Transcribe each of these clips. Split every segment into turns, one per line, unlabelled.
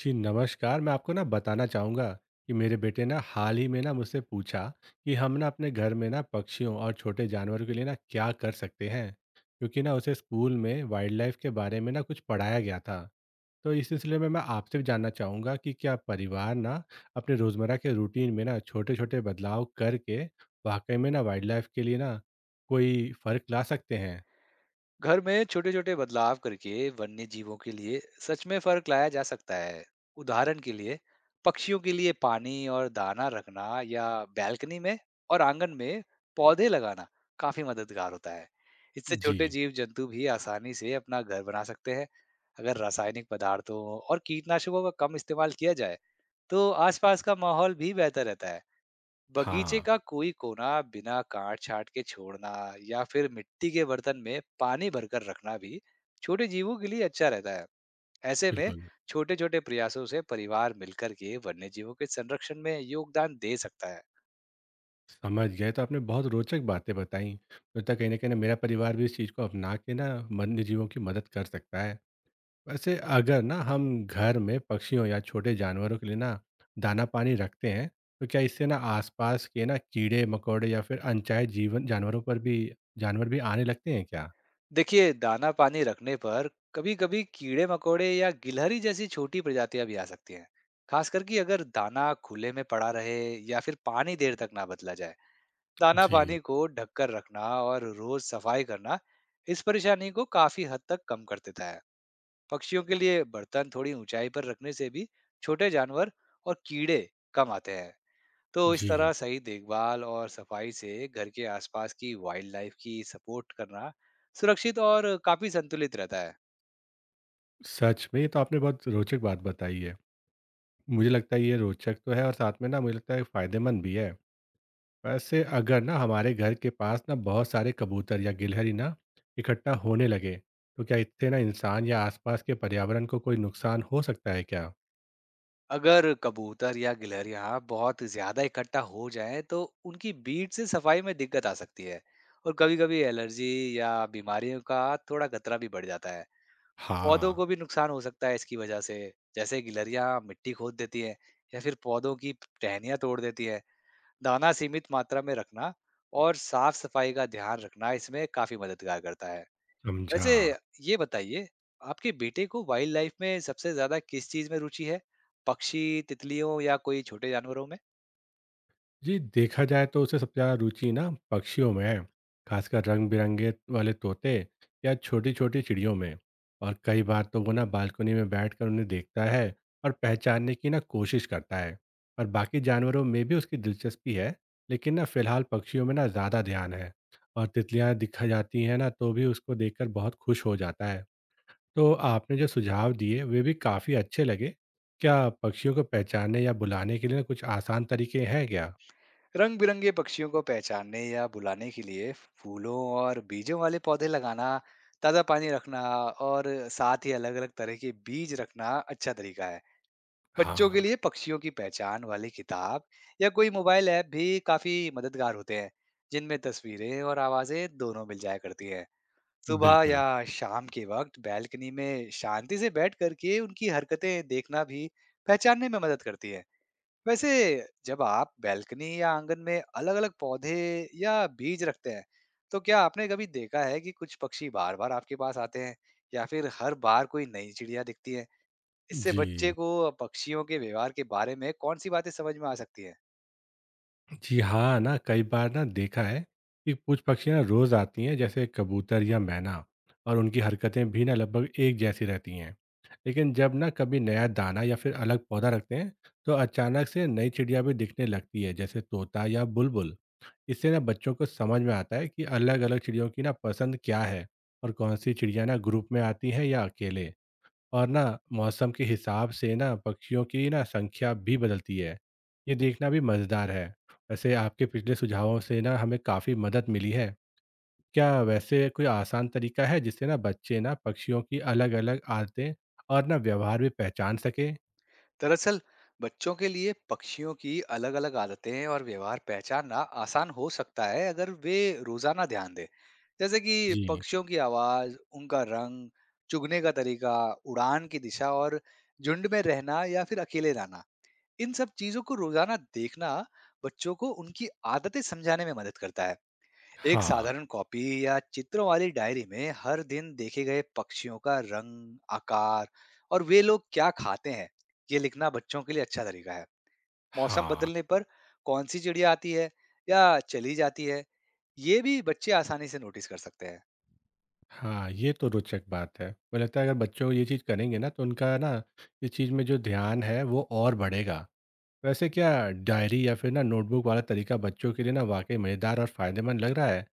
जी नमस्कार। मैं आपको ना बताना चाहूँगा कि मेरे बेटे ना हाल ही में ना मुझसे पूछा कि हम ना अपने घर में ना पक्षियों और छोटे जानवरों के लिए ना क्या कर सकते हैं, क्योंकि ना उसे स्कूल में वाइल्ड लाइफ के बारे में ना कुछ पढ़ाया गया था। तो इस सिलसिले में मैं आपसे भी जानना चाहूँगा कि क्या परिवार ना अपने रोज़मर्रा के रूटीन में ना छोटे छोटे बदलाव करके वाकई में ना वाइल्ड लाइफ के लिए ना कोई फ़र्क ला सकते हैं?
घर में छोटे छोटे बदलाव करके वन्य जीवों के लिए सच में फर्क लाया जा सकता है। उदाहरण के लिए पक्षियों के लिए पानी और दाना रखना या बैल्कनी में और आंगन में पौधे लगाना काफी मददगार होता है। इससे
जी।
छोटे जीव जंतु भी आसानी से अपना घर बना सकते हैं। अगर रासायनिक पदार्थों और कीटनाशकों का कम इस्तेमाल किया जाए तो आसपास का माहौल भी बेहतर रहता है। बगीचे
हाँ,
का कोई कोना बिना काट छाट के छोड़ना या फिर मिट्टी के बर्तन में पानी भरकर रखना भी छोटे जीवों के लिए अच्छा रहता है। ऐसे में
बिल्कुल।
छोटे छोटे प्रयासों से परिवार मिलकर के वन्य जीवों के संरक्षण में योगदान दे सकता है।
समझ गए, तो आपने बहुत रोचक बातें बताई। लगता है कहीं ना मेरा परिवार भी इस चीज़ को अपना के ना वन्यजीवों की मदद कर सकता है। वैसे अगर ना हम घर में पक्षियों या छोटे जानवरों के लिए ना दाना पानी रखते हैं, तो क्या इससे ना आसपास के ना कीड़े मकोड़े या फिर अनचाहे जीवन जानवरों पर भी जानवर भी आने लगते हैं क्या?
देखिए, दाना पानी रखने पर कभी कभी कीड़े मकोड़े या गिलहरी जैसी छोटी प्रजातियां भी आ सकती हैं। खास करके अगर दाना खुले में पड़ा रहे या फिर पानी देर तक ना बदला जाए। दाना
जी।
पानी को ढककर रखना और रोज सफाई करना इस परेशानी को काफी हद तक कम कर देता है। पक्षियों के लिए बर्तन थोड़ी ऊंचाई पर रखने से भी छोटे जानवर और कीड़े कम आते हैं। तो इस
जी,
तरह सही देखभाल और सफाई से घर के आसपास की वाइल्ड लाइफ की सपोर्ट करना सुरक्षित और काफी संतुलित रहता है।
सच में ये तो आपने बहुत रोचक बात बताई है। मुझे लगता है ये रोचक तो है और साथ में ना मुझे लगता है फायदेमंद भी है। वैसे अगर ना हमारे घर के पास ना बहुत सारे कबूतर या गिलहरी ना इकट्ठा होने लगे, तो क्या इससे ना इंसान या आसपास के पर्यावरण को कोई नुकसान हो सकता है क्या?
अगर कबूतर या गिलहरियां बहुत ज्यादा इकट्ठा हो जाएं तो उनकी बीट से सफाई में दिक्कत आ सकती है। और कभी-कभी एलर्जी या बीमारियों का थोड़ा खतरा भी बढ़ जाता है। पौधों
हाँ।
को भी नुकसान हो सकता है इसकी वजह से। जैसे गिलहरियां मिट्टी खोद देती हैं या फिर पौधों की टहनियां तोड़ देती हैं। दाना सीमित मात्रा में रखना और साफ सफाई का ध्यान रखना इसमें काफी मददगार करता है।
समझा।
वैसे ये बताइए, आपके बेटे को वाइल्ड लाइफ में सबसे ज़्यादा किस चीज़ में रुचि है? पक्षी, तितलियों या कोई छोटे जानवरों में?
जी, देखा जाए तो उसे सबसे ज़्यादा रुचि ना पक्षियों में है, खासकर रंग बिरंगे वाले तोते या छोटी छोटी चिड़ियों में। और कई बार तो वो ना बालकनी में बैठकर उन्हें देखता है और पहचानने की ना कोशिश करता है। और बाकी जानवरों में भी उसकी दिलचस्पी है, लेकिन ना फिलहाल पक्षियों में ना ज़्यादा ध्यान है। और तितलियाँ दिखा जाती हैं ना, तो भी उसको देखकर बहुत खुश हो जाता है। तो आपने जो सुझाव दिए वे भी काफ़ी अच्छे लगे। क्या पक्षियों को पहचानने या बुलाने के लिए ना कुछ आसान तरीके हैं क्या?
रंग-बिरंगे पक्षियों को पहचानने या बुलाने के लिए फूलों और बीजों वाले पौधे लगाना, ताज़ा पानी रखना और साथ ही अलग-अलग तरह के बीज रखना अच्छा तरीका है। बच्चों के
हाँ,
लिए पक्षियों की पहचान वाली किताब या कोई मोबाइल ऐप भी काफ़ी मददगार होते हैं, जिनमें तस्वीरें और आवाज़ें दोनों मिल जाया करती हैं। सुबह
बिल्कुल।
या शाम के वक्त बैल्कनी में शांति से बैठ करके उनकी हरकतें देखना भी पहचानने में मदद करती है। वैसे, जब आप बैल्कनी या आंगन में अलग-अलग पौधे या बीज रखते हैं तो क्या आपने कभी देखा है कि कुछ पक्षी बार-बार आपके पास आते हैं या फिर हर बार कोई नई चिड़िया दिखती है? इससे बच्चे
जी।
को पक्षियों के व्यवहार के बारे में कौन सी बातें समझ में आ सकती है?
जी हाँ, ना कई बार ना देखा है कि कुछ पक्षियाँ रोज़ आती हैं जैसे कबूतर या मैना, और उनकी हरकतें भी ना लगभग एक जैसी रहती हैं। लेकिन जब ना कभी नया दाना या फिर अलग पौधा रखते हैं, तो अचानक से नई चिड़िया भी दिखने लगती है जैसे तोता या बुलबुल। इससे ना बच्चों को समझ में आता है कि अलग-अलग चिड़ियों की ना पसंद क्या है और कौन-सी चिड़िया ना ग्रुप में आती हैं या अकेले। और ना मौसम के हिसाब से ना पक्षियों की ना संख्या भी बदलती है, ये देखना भी मज़ेदार है। वैसे आपके पिछले सुझावों से ना हमें काफ़ी मदद मिली है। क्या वैसे कोई आसान तरीका है जिससे ना बच्चे ना पक्षियों की अलग अलग आदतें और ना व्यवहार भी पहचान सके
दरअसल, बच्चों के लिए पक्षियों की अलग अलग आदतें और व्यवहार पहचानना आसान हो सकता है अगर वे रोजाना ध्यान दें। जैसे कि
जी।
पक्षियों की आवाज, उनका रंग, चुगने का तरीका, उड़ान की दिशा और झुंड में रहना या फिर अकेले रहना। इन सब चीजों को रोजाना देखना बच्चों को उनकी आदतें समझाने में मदद करता है। एक
हाँ
साधारण कॉपी या चित्रों वाली डायरी में हर दिन देखे गए पक्षियों का रंग, आकार और वे लोग क्या खाते हैं, ये लिखना बच्चों के लिए अच्छा तरीका है। मौसम
हाँ।
बदलने पर कौन सी चिड़िया आती है या चली जाती है, ये भी बच्चे आसानी से नोटिस कर सकते हैं।
हाँ, ये तो रोचक बात है। मुझे लगता है अगर बच्चों ये चीज़ करेंगे ना, तो उनका ना इस चीज़ में जो ध्यान है वो और बढ़ेगा। वैसे क्या डायरी या फिर ना नोटबुक वाला तरीका बच्चों के लिए ना वाकई मज़ेदार और फ़ायदेमंद लग रहा है,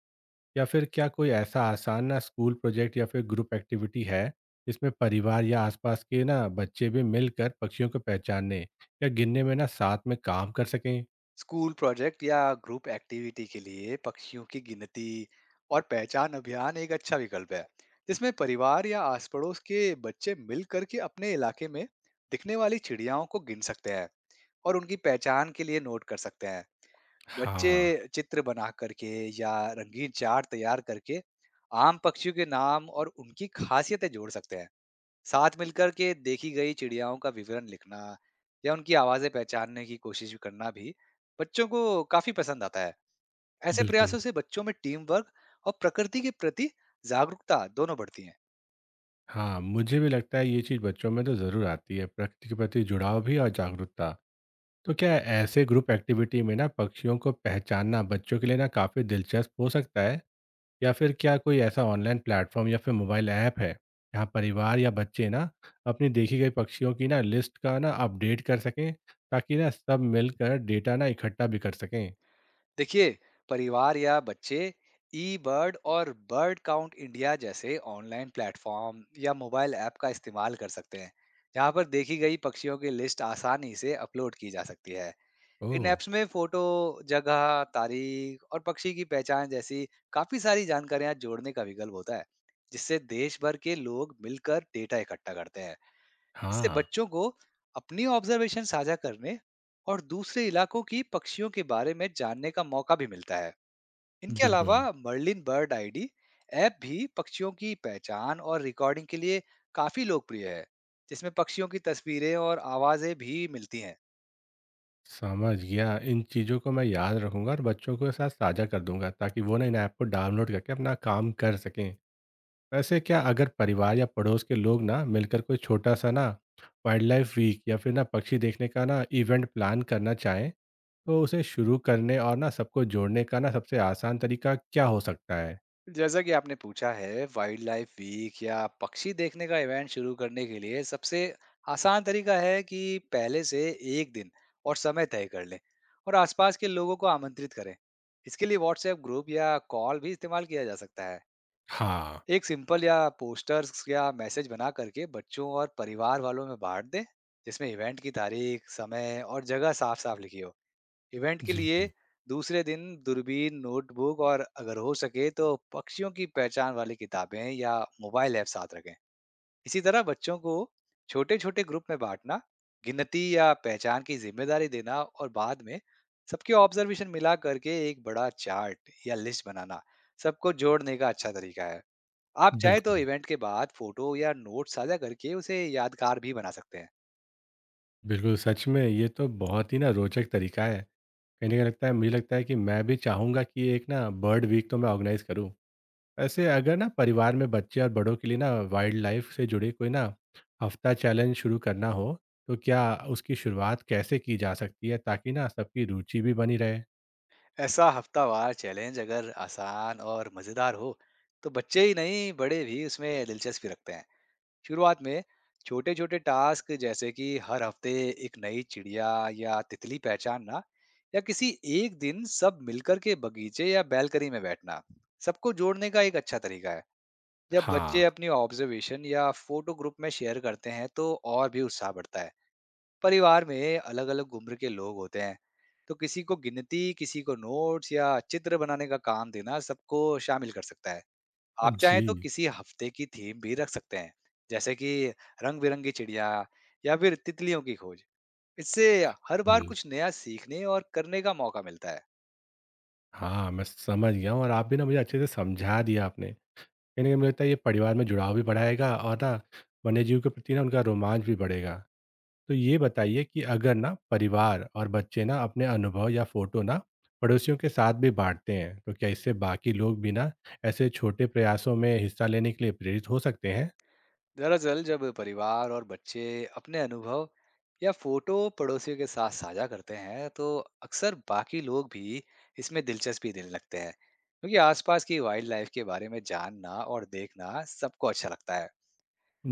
या फिर क्या कोई ऐसा आसान ना स्कूल प्रोजेक्ट या फिर ग्रुप एक्टिविटी है जिसमें परिवार या आसपास के ना बच्चे भी मिलकर पक्षियों को पहचानने या गिनने में ना साथ में काम कर सकें?
स्कूल प्रोजेक्ट या ग्रुप एक्टिविटी के लिए पक्षियों की गिनती और पहचान अभियान एक अच्छा विकल्प है, जिसमें परिवार या आस पड़ोस के बच्चे मिल करके अपने इलाके में दिखने वाली चिड़ियाओं को गिन सकते हैं। और उनकी पहचान के लिए नोट कर सकते हैं। बच्चे
हाँ।
चित्र बना करके या रंगीन चार्ट तैयार करके आम पक्षियों के नाम और उनकी खासियतें जोड़ सकते हैं। साथ मिलकर के देखी गई चिड़ियाओं का विवरण लिखना या उनकी आवाज़ें पहचानने की कोशिश भी करना भी बच्चों को काफ़ी पसंद आता है। ऐसे
बिल्कुल।
प्रयासों से बच्चों में टीम वर्क और प्रकृति के प्रति जागरूकता दोनों बढ़ती है।
हाँ, मुझे भी लगता है ये चीज़ बच्चों में तो ज़रूर आती है, प्रकृति के प्रति जुड़ाव भी और जागरूकता। तो क्या ऐसे ग्रुप एक्टिविटी में ना पक्षियों को पहचानना बच्चों के लिए ना काफ़ी दिलचस्प हो सकता है, या फिर क्या कोई ऐसा ऑनलाइन प्लेटफॉर्म या फिर मोबाइल ऐप है जहाँ परिवार या बच्चे ना अपनी देखी गई पक्षियों की ना लिस्ट का ना अपडेट कर सकें, ताकि ना सब मिलकर डेटा ना इकट्ठा भी कर सकें?
देखिए, परिवार या बच्चे eBird और Bird Count India जैसे ऑनलाइन प्लेटफॉर्म या मोबाइल ऐप का इस्तेमाल कर सकते हैं, जहाँ पर देखी गई पक्षियों की लिस्ट आसानी से अपलोड की जा सकती है। इन
ओह।
ऐप्स में फोटो, जगह, तारीख और पक्षी की पहचान जैसी काफी सारी जानकारियां जोड़ने का विकल्प होता है, जिससे देश भर के लोग मिलकर डेटा इकट्ठा करते हैं। इससे
हाँ।
बच्चों को अपनी ऑब्जर्वेशन साझा करने और दूसरे इलाकों की पक्षियों के बारे में जानने का मौका भी मिलता है। इनके अलावा
बिल्कुल।
Merlin Bird ID ऐप भी पक्षियों की पहचान और रिकॉर्डिंग के लिए काफी लोकप्रिय है, जिसमें पक्षियों की तस्वीरें और आवाजें भी मिलती हैं।
समझ गया, इन चीज़ों को मैं याद रखूंगा और बच्चों के साथ साझा कर दूंगा ताकि वो ना इन ऐप को डाउनलोड करके अपना काम कर सकें। वैसे क्या अगर परिवार या पड़ोस के लोग ना मिलकर कोई छोटा सा ना वाइल्ड लाइफ वीक या फिर ना पक्षी देखने का ना इवेंट प्लान करना चाहें, तो उसे शुरू करने और ना सबको जोड़ने का ना सबसे आसान तरीका क्या हो सकता है?
जैसा कि आपने पूछा है, वाइल्ड लाइफ वीक या पक्षी देखने का इवेंट शुरू करने के लिए सबसे आसान तरीका है कि पहले से एक दिन और समय तय कर लें और आसपास के लोगों को आमंत्रित करें। इसके लिए व्हाट्सएप ग्रुप या कॉल भी इस्तेमाल किया जा सकता है।
हाँ।
एक सिंपल या पोस्टर्स या मैसेज बना करके बच्चों और परिवार वालों में बांट दें, जिसमें इवेंट की तारीख, समय और जगह साफ साफ लिखी हो। इवेंट के लिए
जी।
दूसरे दिन दूरबीन, नोटबुक और अगर हो सके तो पक्षियों की पहचान वाली किताबें या मोबाइल ऐप साथ रखें। इसी तरह बच्चों को छोटे छोटे ग्रुप में बांटना, गिनती या पहचान की जिम्मेदारी देना और बाद में सबके ऑब्जर्वेशन मिला करके एक बड़ा चार्ट या लिस्ट बनाना सबको जोड़ने का अच्छा तरीका है। आप चाहे तो
बिल्कुल।
इवेंट के बाद फोटो या नोट साझा करके उसे यादगार भी बना सकते हैं।
बिल्कुल, सच में ये तो बहुत ही ना रोचक तरीका है। कहीं ना कहीं लगता है, मुझे लगता है कि मैं भी चाहूंगा कि एक ना बर्ड वीक तो मैं ऑर्गेनाइज करूँ। ऐसे अगर ना परिवार में बच्चे और बड़ों के लिए ना वाइल्ड लाइफ से जुड़े कोई ना हफ्ता चैलेंज शुरू करना हो, तो क्या उसकी शुरुआत कैसे की जा सकती है ताकि ना सबकी रुचि भी बनी रहे?
ऐसा हफ्तावार चैलेंज अगर आसान और मजेदार हो तो बच्चे ही नहीं, बड़े भी उसमें दिलचस्पी रखते हैं। शुरुआत में छोटे छोटे टास्क, जैसे कि हर हफ्ते एक नई चिड़िया या तितली पहचानना, या किसी एक दिन सब मिलकर के बगीचे या बैलकनी में बैठना, सबको जोड़ने का एक अच्छा तरीका है। जब बच्चे
हाँ।
अपनी ऑब्जर्वेशन या फोटो ग्रुप में शेयर करते हैं तो और भी उत्साह बढ़ता है। परिवार में अलग अलग उम्र के लोग होते हैं, तो किसी को गिनती, किसी को नोट्स या चित्र बनाने का काम देना सबको शामिल कर सकता है। आप चाहें तो
जी।
किसी हफ्ते की थीम भी रख सकते हैं, जैसे कि रंग बिरंगी चिड़िया या फिर तितलियों की खोज। इससे हर बार कुछ नया सीखने और करने का मौका मिलता है।
हाँ, मैं समझ गया हूँ, और आप भी ना मुझे अच्छे से समझा दिया आपने। कहीं न कहीं मुझे लगता है ये परिवार में जुड़ाव भी बढ़ाएगा और ना वन्यजीव के प्रति ना उनका रोमांच भी बढ़ेगा। तो ये बताइए कि अगर ना परिवार और बच्चे ना अपने अनुभव या फ़ोटो ना पड़ोसियों के साथ भी बाँटते हैं, तो क्या इससे बाकी लोग भी ना ऐसे छोटे प्रयासों में हिस्सा लेने के लिए प्रेरित हो सकते हैं?
दरअसल, जब परिवार और बच्चे अपने अनुभव या फोटो पड़ोसियों के साथ साझा करते हैं तो अक्सर बाकी लोग भी इसमें दिलचस्पी लेने लगते हैं, क्योंकि आसपास की वाइल्ड लाइफ के बारे में जानना और देखना सबको अच्छा लगता है।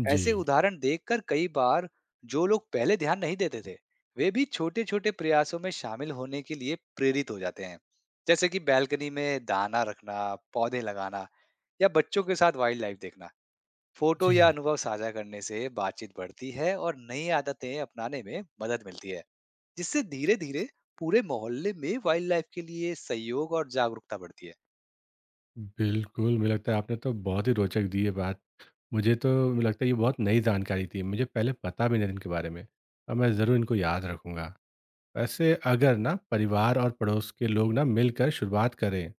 जी।
ऐसे उदाहरण देखकर कई बार जो लोग पहले ध्यान नहीं देते थे, वे भी छोटे छोटे प्रयासों में शामिल होने के लिए प्रेरित हो जाते हैं, जैसे कि बैल्कनी में दाना रखना, पौधे लगाना या बच्चों के साथ वाइल्ड लाइफ देखना। फोटो या
जी।
अनुभव साझा करने से बातचीत बढ़ती है और नई आदतें अपनाने में मदद मिलती है, जिससे धीरे धीरे पूरे मोहल्ले में वाइल्ड लाइफ के लिए सहयोग और जागरूकता बढ़ती है।
बिल्कुल, मुझे लगता है आपने तो बहुत ही रोचक दी है। बात। मुझे तो लगता है ये बहुत नई जानकारी थी, मुझे पहले पता भी नहीं था इनके बारे में, और मैं ज़रूर इनको याद रखूंगा। वैसे अगर ना परिवार और पड़ोस के लोग ना मिलकर शुरुआत करें,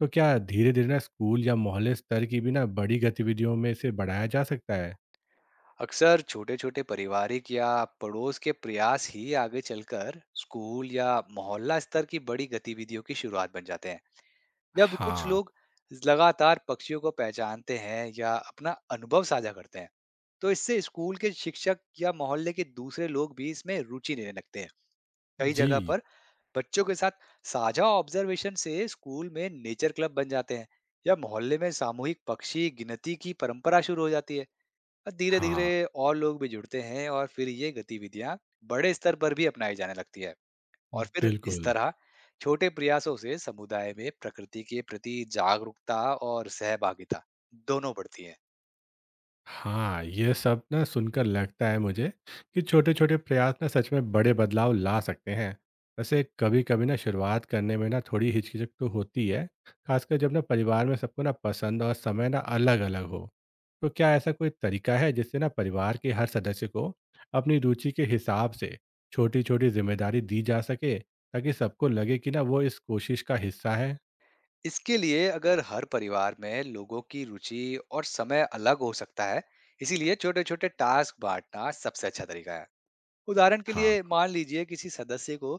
तो क्या धीरे धीरे ना स्कूल या मोहल्ले स्तर की भी ना बड़ी गतिविधियों में इसे बढ़ाया जा सकता है?
अक्सर छोटे छोटे पारिवारिक या पड़ोस के प्रयास ही आगे चलकर स्कूल या मोहल्ला स्तर की बड़ी गतिविधियों की शुरुआत बन जाते हैं। जब कुछ
हाँ।
लोग लगातार पक्षियों को पहचानते हैं या अपना अनुभव साझा करते हैं, तो इससे स्कूल के शिक्षक या मोहल्ले के दूसरे लोग भी इसमें रुचि लेने लगते हैं। कई जगह
जी।
पर बच्चों के साथ साझा ऑब्जर्वेशन से स्कूल में नेचर क्लब बन जाते हैं या मोहल्ले में सामूहिक पक्षी गिनती की परंपरा शुरू हो जाती है। और धीरे धीरे
हाँ।
और लोग भी जुड़ते हैं और फिर ये गतिविधियां बड़े स्तर पर भी अपनाई जाने लगती है। और फिर इस
बिल्कुल।
तरह छोटे प्रयासों से समुदाय में प्रकृति के प्रति जागरूकता और सहभागिता दोनों बढ़ती है।
हाँ, ये सब ना सुनकर लगता है मुझे कि छोटे-छोटे प्रयास ना सच में बड़े बदलाव ला सकते हैं। वैसे कभी-कभी ना शुरुआत करने में ना थोड़ी हिचकिचक तो होती है, खासकर जब ना परिवार में सबको ना पसंद और समय ना अलग-अलग हो। तो क्या ऐसा कोई तरीका है जिससे ना परिवार के हर सदस्य को अपनी रुचि के हिसाब से छोटी-छोटी जिम्मेदारी दी जा सके, ताकि सबको लगे कि ना वो इस कोशिश का हिस्सा है?
इसके लिए अगर हर परिवार में लोगों की रुचि और समय अलग हो सकता है, इसीलिए छोटे छोटे टास्क बांटना सबसे अच्छा तरीका है। उदाहरण के
हाँ,
लिए मान लीजिए किसी सदस्य को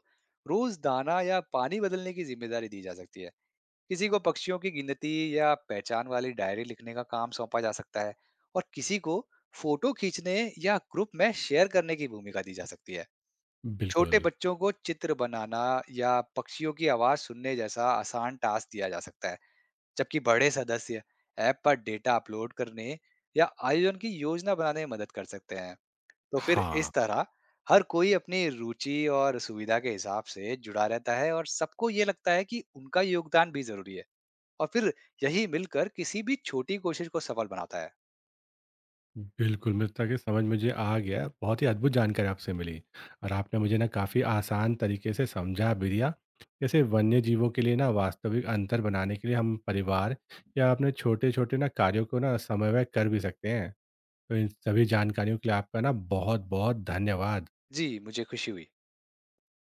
रोज दाना या पानी बदलने की जिम्मेदारी दी जा सकती है, किसी को पक्षियों की गिनती या पहचान वाली डायरी लिखने का काम सौंपा जा सकता है और किसी को फोटो खींचने या ग्रुप में शेयर करने की भूमिका दी जा सकती है। छोटे
बिल्कुल।
बच्चों को चित्र बनाना या पक्षियों की आवाज सुनने जैसा आसान टास्क दिया जा सकता है, जबकि बड़े सदस्य ऐप पर डेटा अपलोड करने या आयोजन की योजना बनाने में मदद कर सकते हैं। तो फिर
हाँ।
इस तरह हर कोई अपनी रुचि और सुविधा के हिसाब से जुड़ा रहता है और सबको ये लगता है कि उनका योगदान भी जरूरी है। और फिर यही मिलकर किसी भी छोटी कोशिश को सफल बनाता है।
बिल्कुल, मुझे लगता है कि समझ मुझे आ गया। बहुत ही अद्भुत जानकारी आपसे मिली, और आपने मुझे ना काफ़ी आसान तरीके से समझा भी दिया। जैसे वन्य जीवों के लिए ना वास्तविक अंतर बनाने के लिए हम परिवार या अपने छोटे-छोटे ना कार्यों को ना समन्वय कर भी सकते हैं। तो इन सभी जानकारियों के लिए आपका ना बहुत-बहुत धन्यवाद।
जी, मुझे खुशी हुई।